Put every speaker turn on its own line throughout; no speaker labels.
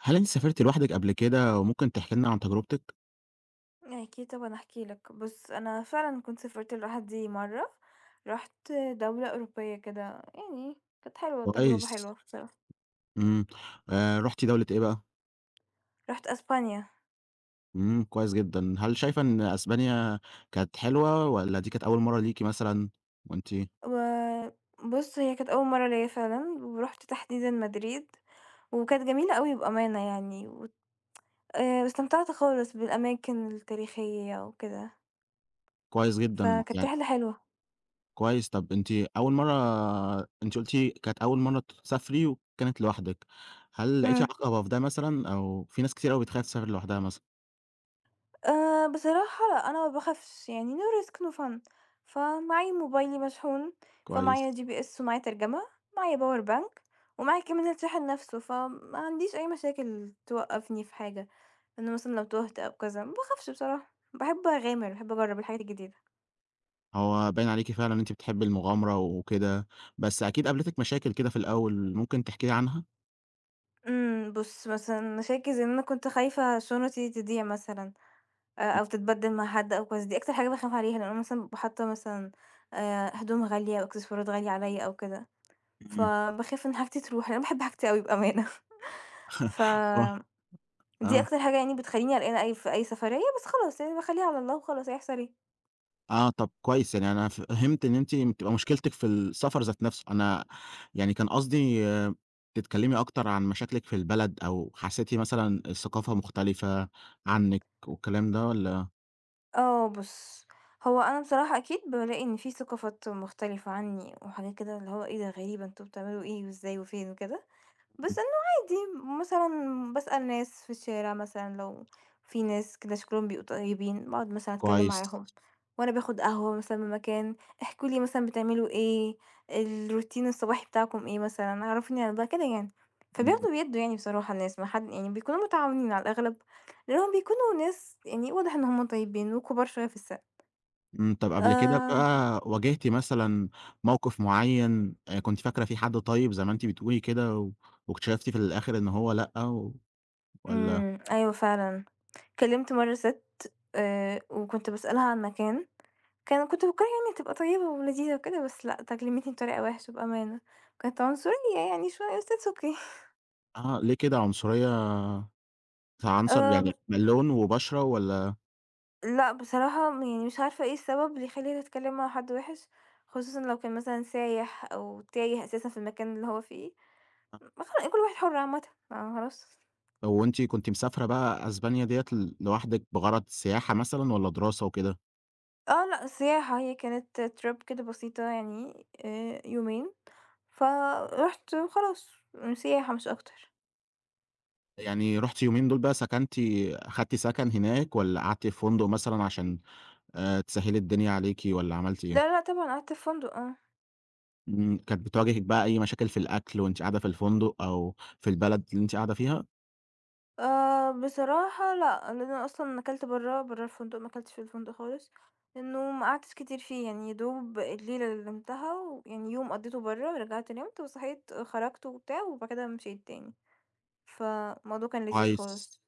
هل أنتِ سافرتِ لوحدِك قبل كده وممكن تحكي لنا عن تجربتِك؟
أكيد طبعًا هاحكي لك، بُص أنا فعلًا كنت سافرت لوحدي مرّة، رُحت دولة أوروبية كده، يعني كانت حلوة تجربة حلوة
كويس.
بصراحة.
إمم. رُحتِ دولة إيه بقى؟
رُحت أسبانيا.
كويس جدًا. هل شايفة إن أسبانيا كانت حلوة والّا دي كانت أول مرّة ليكِ مثلًا وأنتِ
وبُص هي كانت أول مرّة ليّا فعلًا، ورُحت تحديدًا مدريد، وكانت جميلة أوي بأمانة يعني، و واستمتعت خالص بالأماكن التاريخية وكده،
كويس جدًا،
فكانت
يعني
رحلة حلوة.
كويس. طَب أول مرّة أنتِ قُلتِ كانت أول مرّة تسافري وكانت لوحدِك، هل لقيتِ
إمم.
عقبة في ده مثلًا أو في ناس كتير أوي بتخاف تسافر لوحدها مثلًا؟
بصراحة لأ، أنا ما باخافش، يعني no risk no fun. فمعايا موبايلي مشحون،
كويس.
فمعايا GPS ومعايا ترجمة، معايا power bank ومعايا كمان الشاحن نفسه، فما عنديش أي مشاكل توقّفني في حاجة، إن مثلًا لو تُهت أو كذا، ما باخافش بصراحة، باحب أغامر، باحب أجرّب الحاجات الجديدة.
هو باين عليكِ فعلًا إن أنتِ بتحبي المغامرة وكده، بس أكيد قابلتِك مشاكل كده في الأول، ممكن تحكي لي عنها؟
بُص مثلًا مشاكل زي إن أنا كنت خايفة شنطتي تضيع مثلًا،
إمم.
أو تتبدّل مع حد أو كذا، دي أكتر حاجة باخاف عليها، لإن أنا مثلًا بابقى حاطة مثلًا هدوم غالية وإكسسوارات غالية عليّا أو كده.
إمم.
فباخاف إن حاجتي تروح، لإن أنا باحب حاجتي أوي بأمانة. ف
هو
دي
آه.
أكتر حاجة يعني بتخلّيني قلقانة أي في أي سفرية، بس خلاص يعني باخلّيها على الله وخلاص هيحصل إيه.
آه. طب كويس، يعني أنا فهمت إن أنتِ بتبقى مشكلتِك في السفر ذات نفسه. يعني كان قصدي تتكلمي أكتر عن مشاكلِك في البلد، أو حسيتِ مثلًا الثقافة مختلفة عنِك والكلام ده والّا؟
آه، بُص، هو أنا بصراحة أكيد بالاقي إن في ثقافات مختلفة عني وحاجات كده اللي هو إيه ده غريبة، أنتم بتعملوا إيه وإزاي وفين وكده، بس
إمم.
إنه عادي. مثلًا باسأل ناس في الشارع مثلًا، لو في ناس كده شكلهم بيبقوا طيبين، باقعد مثلًا أتكلم
كويس.
معاهم، وأنا باخد قهوة مثلًا من مكان، احكوا لي مثلًا بتعملوا إيه، الروتين الصباحي بتاعكم إيه مثلًا، عرفيني على بقى كده يعني.
إمم.
فبياخدوا ويدّوا يعني بصراحة الناس، ما حد يعني بيكونوا متعاونين على الأغلب، لأنهم بيكونوا ناس يعني واضح إن هُم طيبين وكبار شوية في السن.
طب قبل كده
آآ
بقى واجهتِ مثلًا موقف معين، كنتِ فاكرة فيه حد طيب زي ما أنتِ بتقولي كده، و واكتشفتِ في الآخر إن هو لأ، و والّا
إمم، أيوه فعلًا. كلمت مرة سِت، وكنت باسألها عن مكان، كان كنت مفكّراها يعني هتبقى طيبة ولذيذة وكده، بس لأ، تكلمتني بطريقة وِحشة بأمانة، كانت عنصرية يعني شوية بس it's okay.
آه، ليه كده عنصرية؟ كعنصر
ب
يعني لون وبشرة والّا
لأ بصراحة يعني مش عارفة إيه السبب اللي يخلّيني أتكلم مع حد وِحِش، خصوصًا لو كان مثلًا سايح أو تايه أساسًا في المكان اللي هو فيه، خلا كل واحد حُر عامةً. آه، خلاص.
وأنتِ كنتِ مسافرة بقى أسبانيا ديّة لوحدِك بغرض سياحة مثلًا والّا دراسة وكده؟
آه، لأ، سياحة. هي كانت trip كده بسيطة يعني، يومين، فرُحت وخلاص، سياحة مش أكتر.
يعني رُحتِ يومين دول بقى سكنتِ، أخدتِ سكن هناك والّا قعدتِ في فندق مثلًا عشان تسهّلي الدنيا عليكِ، والّا عملتِ
لا،
إيه؟
لأ، طبعًا قعدت في فندق آه.
إمم. كانت بتواجهِك بقى أي مشاكل في الأكل وأنتِ قاعدة في الفندق أو في البلد اللي أنتِ قاعدة فيها؟
بصراحة لأ، لإن أنا أصلًا أكلت برّه، برّه الفندق، ما أكلتش في الفندق خالص، لإنه ما قعدتش كتير فيه، يعني يا دوب الليلة اللي نمتها ويعني يوم قضيته برّه، رجعت نمت وصحيت خرجت وبتاع، وبعد كده مشيت تاني، فالموضوع كان لذيذ
كويس.
خالص.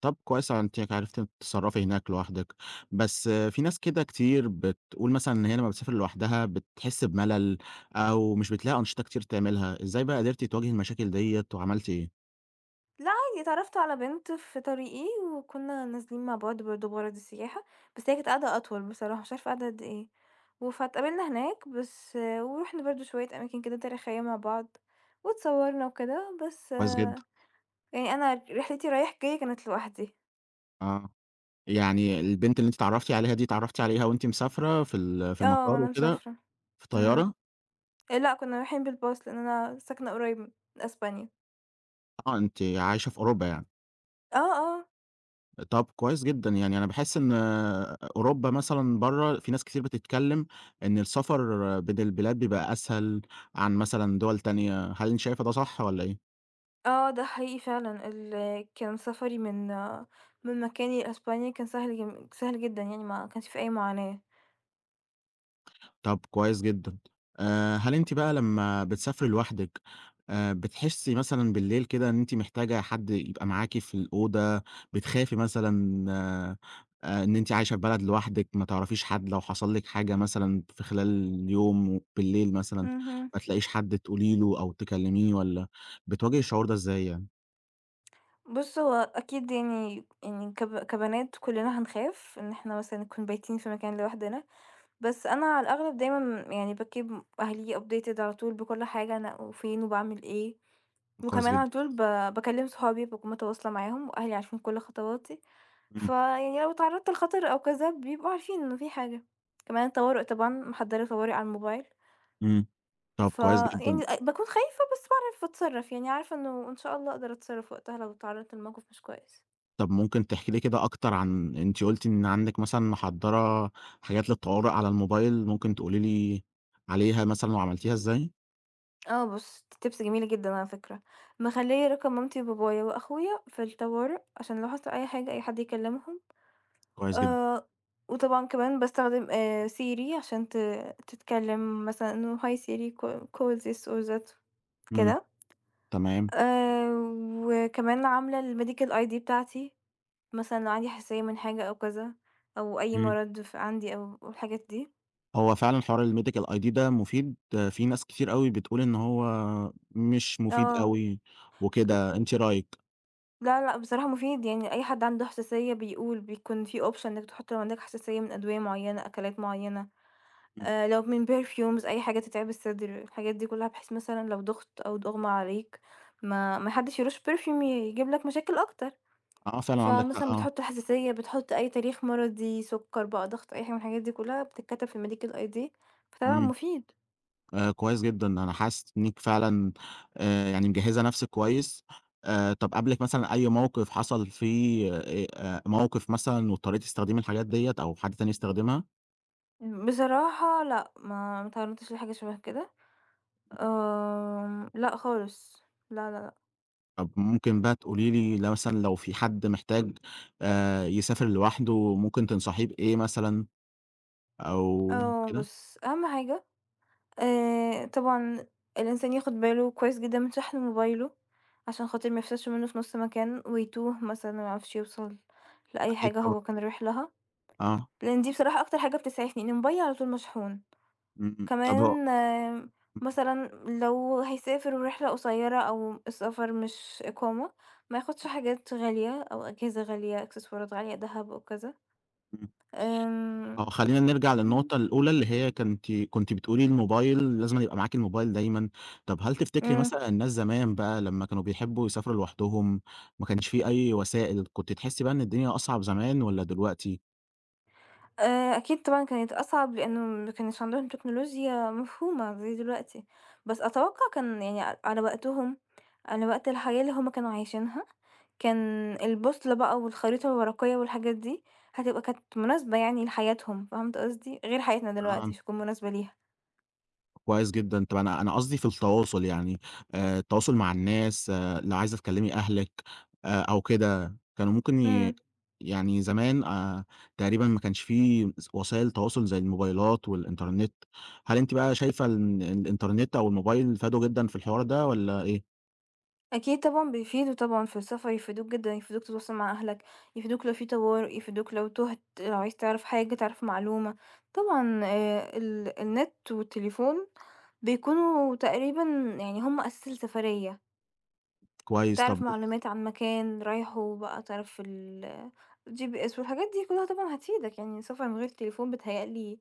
طب كويس، أنتِ عرفتِ تتصرّفي هناك لوحدِك، بس في ناس كده كتير بتقول مثلًا إن هي لمّا بتسافر لوحدها بتحس بملل أو مش بتلاقي أنشطة كتير تعملها، إزاي بقى قدرتِ تواجهي المشاكل ديّة وعملتِ إيه؟
لأ عادي، اتعرّفت على بنت في طريقي، وكنا نازلين مع بعض برضه بغرض السياحة، بس هي كانت قاعدة أطول بصراحة، مش عارفة قاعدة قد إيه، فاتقابلنا هناك بس آه، ورُحنا برضه شوية أماكن كده تاريخية مع بعض، واتصوّرنا وكده، بس
كويس
آه.
جدًا.
يعني أنا رحلتي رايح جاي كانت لوحدي.
آه. يعني البنت اللي أنتِ اتعرّفتِ عليها دي اتعرّفتِ عليها وأنتِ مسافرة في
آه،
المطار
وأنا
وكده،
مسافرة.
في
إمم.
الطيارة؟
لأ، كنا رايحين بالباص لأن أنا ساكنة قريب من أسبانيا.
آه، أنتِ عايشة في أوروبا يعني.
آه. آه.
طب كويس جدًا، يعني أنا باحس إن أوروبا مثلًا برّه في ناس كتير بتتكلم إن السفر بين البلاد بيبقى أسهل عن مثلًا دول تانية، هل أنتِ شايفة ده صح والّا إيه؟
آه، ده حقيقي فعلًا، كان سفري من مكاني لأسبانيا كان سهل، سهل جدًا، يعني ما كانش في أي معاناة.
طب كويس جدًا. هل أنتِ بقى لمّا بتسافري لوحدِك، بتحسّي مثلًا بالليل كده إن أنتِ محتاجة حد يبقى معاكِ في الأوضة، بتخافي مثلًا إن أنتِ عايشة في بلد لوحدِك، ما تعرفيش حد، لو حصل لِك حاجة مثلًا في خلال اليوم بالليل مثلًا،
اهم.
ما تلاقيش حد تقولي له أو تكلميه، والّا بتواجهي الشعور ده إزاي يعني؟
بُص، هو أكيد يعني كبنات كلنا هنخاف إن إحنا مثلًا نكون بايتين في مكان لوحدنا، بس أنا على الأغلب دايمًا يعني باkeep أهلي updated على طول بكل حاجة أنا وفين وباعمل إيه.
كويس
وكمان على
جدًا.
طول باكلّم صحابي، باكون متواصلة معاهم وأهلي عارفين كل خطواتي،
إمم.
فيعني لو اتعرّضت لخطر أو كذا بيبقوا عارفين إنه في حاجة. كمان الطوارئ طبعًا محضّرة طوارئ على الموبايل.
إمم. طب كويس
فيعني
جدًا.
باكون خايفة بس باعرف أتصرّف، يعني عارفة إنه إن شاء الله أقدر أتصرّف وقتها لو اتعرّضت لموقف مش كويس.
طب ممكن تحكي لي كده أكتر عن، أنتِ قُلتِ إن عندِك مثلًا محضّرة حاجات للطوارئ على الموبايل، ممكن تقولي لي عليها مثلًا وعملتيها إزاي؟
آه بُص، دي tips جميلة جدًا على فكرة، مخلّية رقم مامتي وبابايا وأخويا في الطوارئ عشان لو حصل أي حاجة أي حد يكلّمهم.
كويس جدًا.
آآ، وطبعًا كمان باستخدم Siri عشان تتكلم مثلًا إنه hi Siri call call this or that
إمم.
كده.
تمام.
آآ، وكمان عاملة الMedical ID بتاعتي، مثلًا لو عندي حساسية من حاجة أو كذا، أو أي
إمم.
مرض عندي أو الحاجات دي.
هو فعلًا حوار الMedical ID ده مفيد، آه، في ناس كتير أوي بتقول إن هو مش مفيد
آه،
أوي وكده، أنتِ رأيِك؟
لا، لأ، بصراحة مفيد، يعني أي حد عنده حساسية بيقول، بيكون في option إنك تحط لو عندك حساسية من أدوية معينة، أكلات معينة.
إمم.
لو من perfumes أي حاجة تتعب الصدر، الحاجات دي كلّها بحيث مثلًا لو ضُغط أو ضغمة عليك ما حدّش يرُش perfume يجيب لك مشاكل أكتر،
آه، فعلًا عندك
فمثلًا
حق، آه.
بتحُط حساسية، بتحُط أي تاريخ مرضي، سُكّر بقى، ضغط، أي حاجة من الحاجات دي كلّها بتتكتب في الmedical ID، فطبعًا
إمم.
مفيد.
كويس جدًا، أنا حاسس إنِّك فعلًا يعني مجهّزة نَفْسِك كويس. طَب قابلِك مثلًا أي موقِف حصل فيه موقِف مثلًا، واضطريتِ تستخدمي الحاجات ديّة أو حد تاني يستخدمها؟
بصراحة لأ، ما اتعرّضتش لحاجة شبه كده. لأ خالص. لا، لا، لأ.
طَب ممكن بقى تقولي لي لو مثلًا لو في حد محتاج يسافر لوحده ممكن تنصحيه بإيه، مثلًا أو
آه
كده؟
بُص، أهم حاجة، طبعًا الإنسان ياخد باله كويس جدًا من شحن موبايله، عشان خاطر ما يفسدش منه في نُص مكان ويتوه مثلًا وما يعرفش يوصل لأي
أكيد
حاجة
طبعًا،
هو كان رايح لها،
آه.
لإن دي بصراحة أكتر حاجة بتسعفني، إن موبايلي على طول مشحون.
إمم. طَب هو
كمان
إمم.
مثلًا لو هيسافر ورحلة قصيرة أو السفر مش إقامة، ما ياخدش حاجات غالية أو أجهزة غالية، إكسسوارات غالية، دهب وكذا.
إمم.
آمم
آه، خلّينا نرجع للنقطة الأولى اللي هي كنتِ بتقولي الموبايل لازمًا يبقى معاكِ الموبايل دايمًا، طب هل تفتكري
إمم.
مثلًا الناس زمان بقى لمّا كانوا بيحبوا يسافروا لوحدهم، ما كانش في أي وسائل، كنتِ تحسي بقى إن الدنيا أصعب زمان والّا دلوقتي؟
أكيد طبعًا كانت أصعب لإنه ما كانش عندهم تكنولوجيا مفهومة زي دلوقتي، بس أتوقع كان يعني على وقتهم، على وقت الحياة اللي هُم كانوا عايشينها، كان البوصلة بقى والخريطة الورقية والحاجات دي، هتبقى كانت مناسبة يعني لحياتهم، فهمت قصدي؟ غير حياتنا دلوقتي مش هتكون مناسبة ليها.
كويس جدًا. طَب أنا قصدي في التواصل، يعني التواصل مع الناس، آه، لو عايزة تكلّمي أهلِك أو كده، كانوا ممكن
إمم.
يعني زمان تقريبًا ما كانش في وسائل تواصل زي الموبايلات والإنترنت، هل أنتِ بقى شايفة إن الإنترنت أو الموبايل فادوا جدًا في الحوار ده والّا إيه؟
أكيد طبعًا بيفيدوا طبعًا في السفر، يفيدوك جدًا، يفيدوك تتواصل مع أهلك، يفيدوك لو في طوارئ، يفيدوك لو تُهت، لو عايز تعرف حاجة، تعرف معلومة. طبعًا ال النت والتليفون بيكونوا تقريبًا يعني هم أساس السفرية،
كويس.
تعرف
طَب
معلومات عن مكان رايحه بقى، تعرف الGPS والحاجات دي كلها طبعًا هتفيدك، يعني السفر من غير تليفون بيتهيأ لي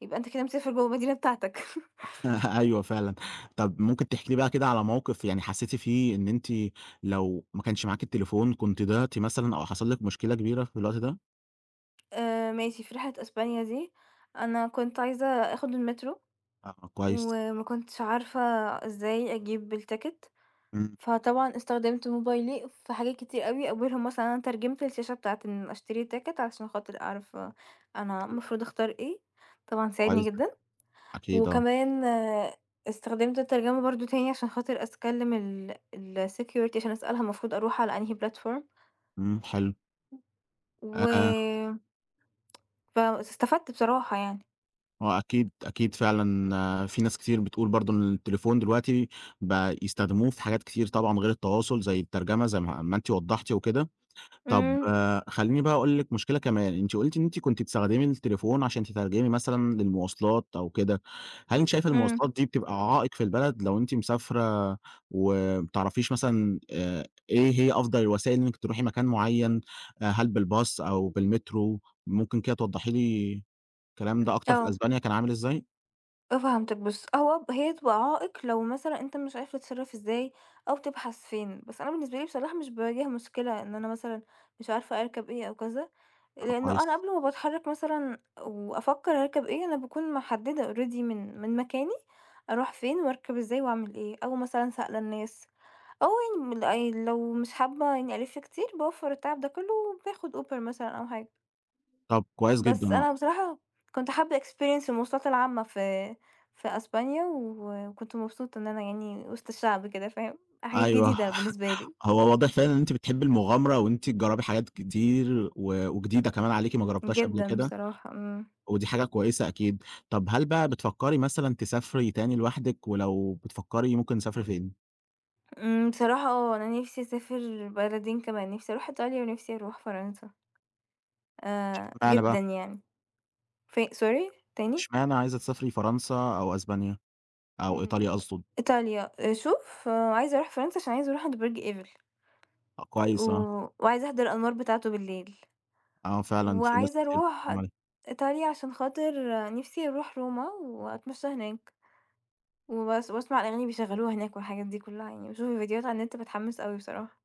يبقى أنت كده مسافر جوه المدينة بتاعتك.
أيوه فعلًا. طَب ممكن تحكي لي بقى كده على موقف يعني حسّيتِ فيه إن أنتِ لو ما كانش معاكِ التليفون كنتِ ضِعتِ مثلًا أو حصل لِك مشكلة كبيرة في الوقت ده؟
ماشي، في رحلة أسبانيا دي، أنا كنت عايزة آخد المترو.
آه، كويس.
وما كنتش عارفة إزاي أجيب التيكت،
إمم.
فطبعًا استخدمت موبايلي في حاجات كتير أوي، أولهم مثلًا أنا ترجمت الشاشة بتاعة إن أشتري تيكت علشان خاطر أعرف أنا المفروض أختار إيه، طبعًا ساعدني
كويس جدًا.
جدًا،
أكيد آه.
وكمان استخدمت الترجمة برضه تاني عشان خاطر أتكلم الsecurity عشان أسألها المفروض أروح على أنهي platform
إمم. حلو. آآ،
و فاستفدت بصراحة يعني.
هو أكيد، أكيد فعلًا آه، في ناس كتير بتقول برضه إن التليفون دلوقتي بقى يستخدموه في حاجات كتير طبعًا غير التواصل، زي الترجمة زي ما أنتِ وضّحتِ وكده. طب
إمم.
آه، خلّيني بقى أقول لِك مشكلة كمان، أنتِ قُلتِ إن أنتِ كنتِ بتستخدمي التليفون عشان تترجمي مثلًا للمواصلات أو كده، هل أنتِ شايفة
إمم.
المواصلات دي بتبقى عائق في البلد لو أنتِ مسافرة وما بتعرفيش مثلًا، إيه هي أفضل الوسائل إنِّك تروحي مكان معيّن، هل بالباص أو بالمترو؟ ممكن كده توضّحي لي الكلام ده أكتر، في
آه.
أسبانيا كان عامل إزاي؟
فهمتك، بُص هو هي تبقى عائق لو مثلًا أنت مش عارف تتصرّف إزاي أو تبحث فين، بس أنا بالنسبة لي بصراحة مش باواجه مشكلة إن أنا مثلًا مش عارفة أركب إيه أو كذا،
آه،
لإنه أنا
كويس.
قبل ما باتحرّك مثلًا وأفكّر أركب إيه، أنا باكون محددة already من مكاني أروح فين وأركب إزاي وأعمل إيه، أو مثلًا سائلة الناس أو يعني لو مش حابة إني ألِف كتير باوفّر التعب ده كلّه وباخد Uber مثلًا أو حاجة.
طب كويس جدًا،
بس
آه.
أنا بصراحة كنت حابة experience المواصلات العامة في أسبانيا وكنت مبسوطة إن أنا يعني وسط الشعب كده فاهم، حاجات
أيوه.
جديدة بالنسبة لي،
هو واضح فعلًا إن أنتِ بتحبّي المغامرة وإن أنتِ تجرّبي حاجات كتير وجديدة كمان عليكِ ما جرّبتيهاش قبل
جدًا
كده،
بصراحة. إمم.
ودي حاجة كويسة أكيد. طب هل بقى بتفكّري مثلًا تسافري تاني لوحدِك، ولو بتفكّري ممكن تسافري فين؟
إمم. بصراحة آه، أنا نفسي أسافر بلدين كمان، نفسي أروح إيطاليا ونفسي أروح فرنسا،
اشمعنى
جدًا
بقى؟
يعني. Sorry تاني؟
اشمعنى عايزة تسافري فرنسا أو أسبانيا أو
إمم.
إيطاليا أقصد؟
إيطاليا. شوف آه، عايزة أروح فرنسا عشان عايزة أروح عند برج إيفل
آه،
و
كويس آه.
وعايزة أحضر الأنوار بتاعته بالليل.
آه فعلًا في ناس
وعايزة
كتير
أروح
بتتكلّم عليها.
إيطاليا عشان خاطر نفسي أروح روما وأتمشى هناك وبس وأسمع الأغاني بيشغلوها هناك والحاجات دي كلها، يعني بشوف الفيديوهات على النت بتحمس أوي بصراحة.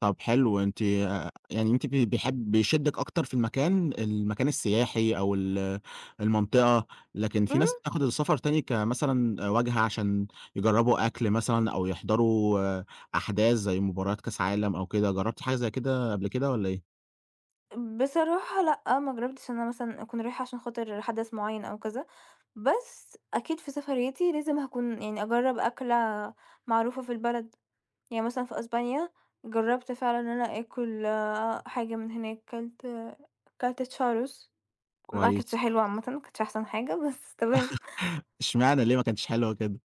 طب حلو، أنتِ يعني أنتِ ب بيحب بيشدِّك أكتر في المكان السياحي أو المنطقة، لكن في ناس بتاخد السفر تاني كمثلًا واجهة عشان يجرّبوا أكل مثلًا أو يحضروا آه، أحداث زي مباريات كاس عالم أو كده، جرّبتِ حاجة زي كده قبل كده والّا إيه؟
بصراحة لأ، ما جربتش إن أنا مثلا أكون رايحة عشان خاطر حدث معين أو كذا، بس أكيد في سفريتي لازم هكون يعني أجرب أكلة معروفة في البلد، يعني مثلا في أسبانيا جربت فعلا إن أنا آكل حاجة من هناك. كلت تشاروس، ما
كويس.
كانتش حلوة عامةً، ما كانتش أحسن حاجة بس تمام.
إشمعنى ليه ما كانتش حلوة كده؟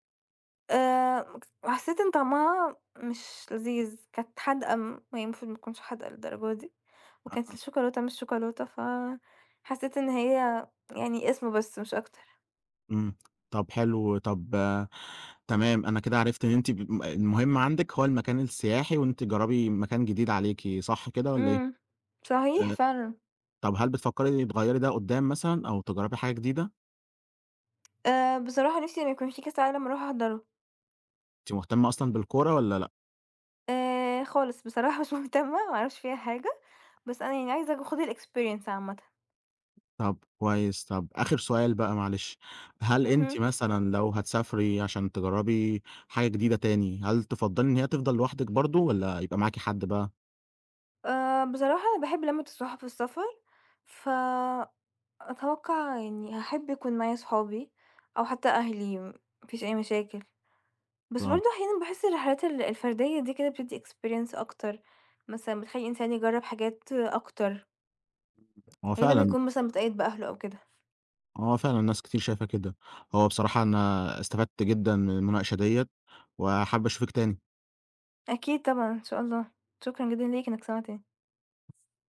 آآ حسيت إن طعمها مش لذيذ، كانت حادقة وهي المفروض ما تكونش حادقة للدرجة دي، وكانت
أها.
الشوكولاتة مش شوكولاتة، فحسيت إن هي يعني اسم بس مش أكتر.
إمم. طب حلو، طب آه، تمام، أنا كده عرفت إن أنتِ ب م المهم عندِك هو المكان السياحي وإن أنتِ تجرّبي مكان جديد عليكِ، صح كده والّا إيه؟
إمم، صحيح
آآ
فعلًا.
طب هل بتفكّري تغيّري ده قدّام مثلًا أو تجرّبي حاجة جديدة؟
بصراحة نِفْسي إن يكون في كاس عالم أروح أحضره.
أنتِ مهتمة أصلًا بالكورة والّا لأ؟
خالص بصراحة مش مهتمة، ما أعرفش فيها حاجة، بس أنا يعني عايزة آخُد الexperience عامةً.
طب كويس، طب آخر سؤال بقى معلش، هل أنتِ
اهم.
مثلًا لو هتسافري عشان تجرّبي حاجة جديدة تاني، هل تفضّلي إن هي تفضل لوحدِك برضه والّا يبقى معاكِ حد بقى؟
بصراحة أنا باحب لمّة الصحاب في السفر، ف أتوقع يعني هاحب يكون معايا صحابي أو حتى أهلي، ما فيش أي مشاكل، بس
آه.
برضه أحيانًا باحس الرحلات الفردية دي كده بتدّي experience أكتر، مثلًا بتخلّي الإنسان يجرّب حاجات أكتر،
هو
غير لمّا
فعلًا
يكون مثلًا متقيد بأهله أو كده.
هو فعلًا ناس كتير شايفة كده. هو بصراحة أنا استفدت جدًا من المناقشة ديّة وحابب أشوفِك تاني.
أكيد طبعًا، إن شاء الله، شكرًا جدًا ليك إنك سمعتني.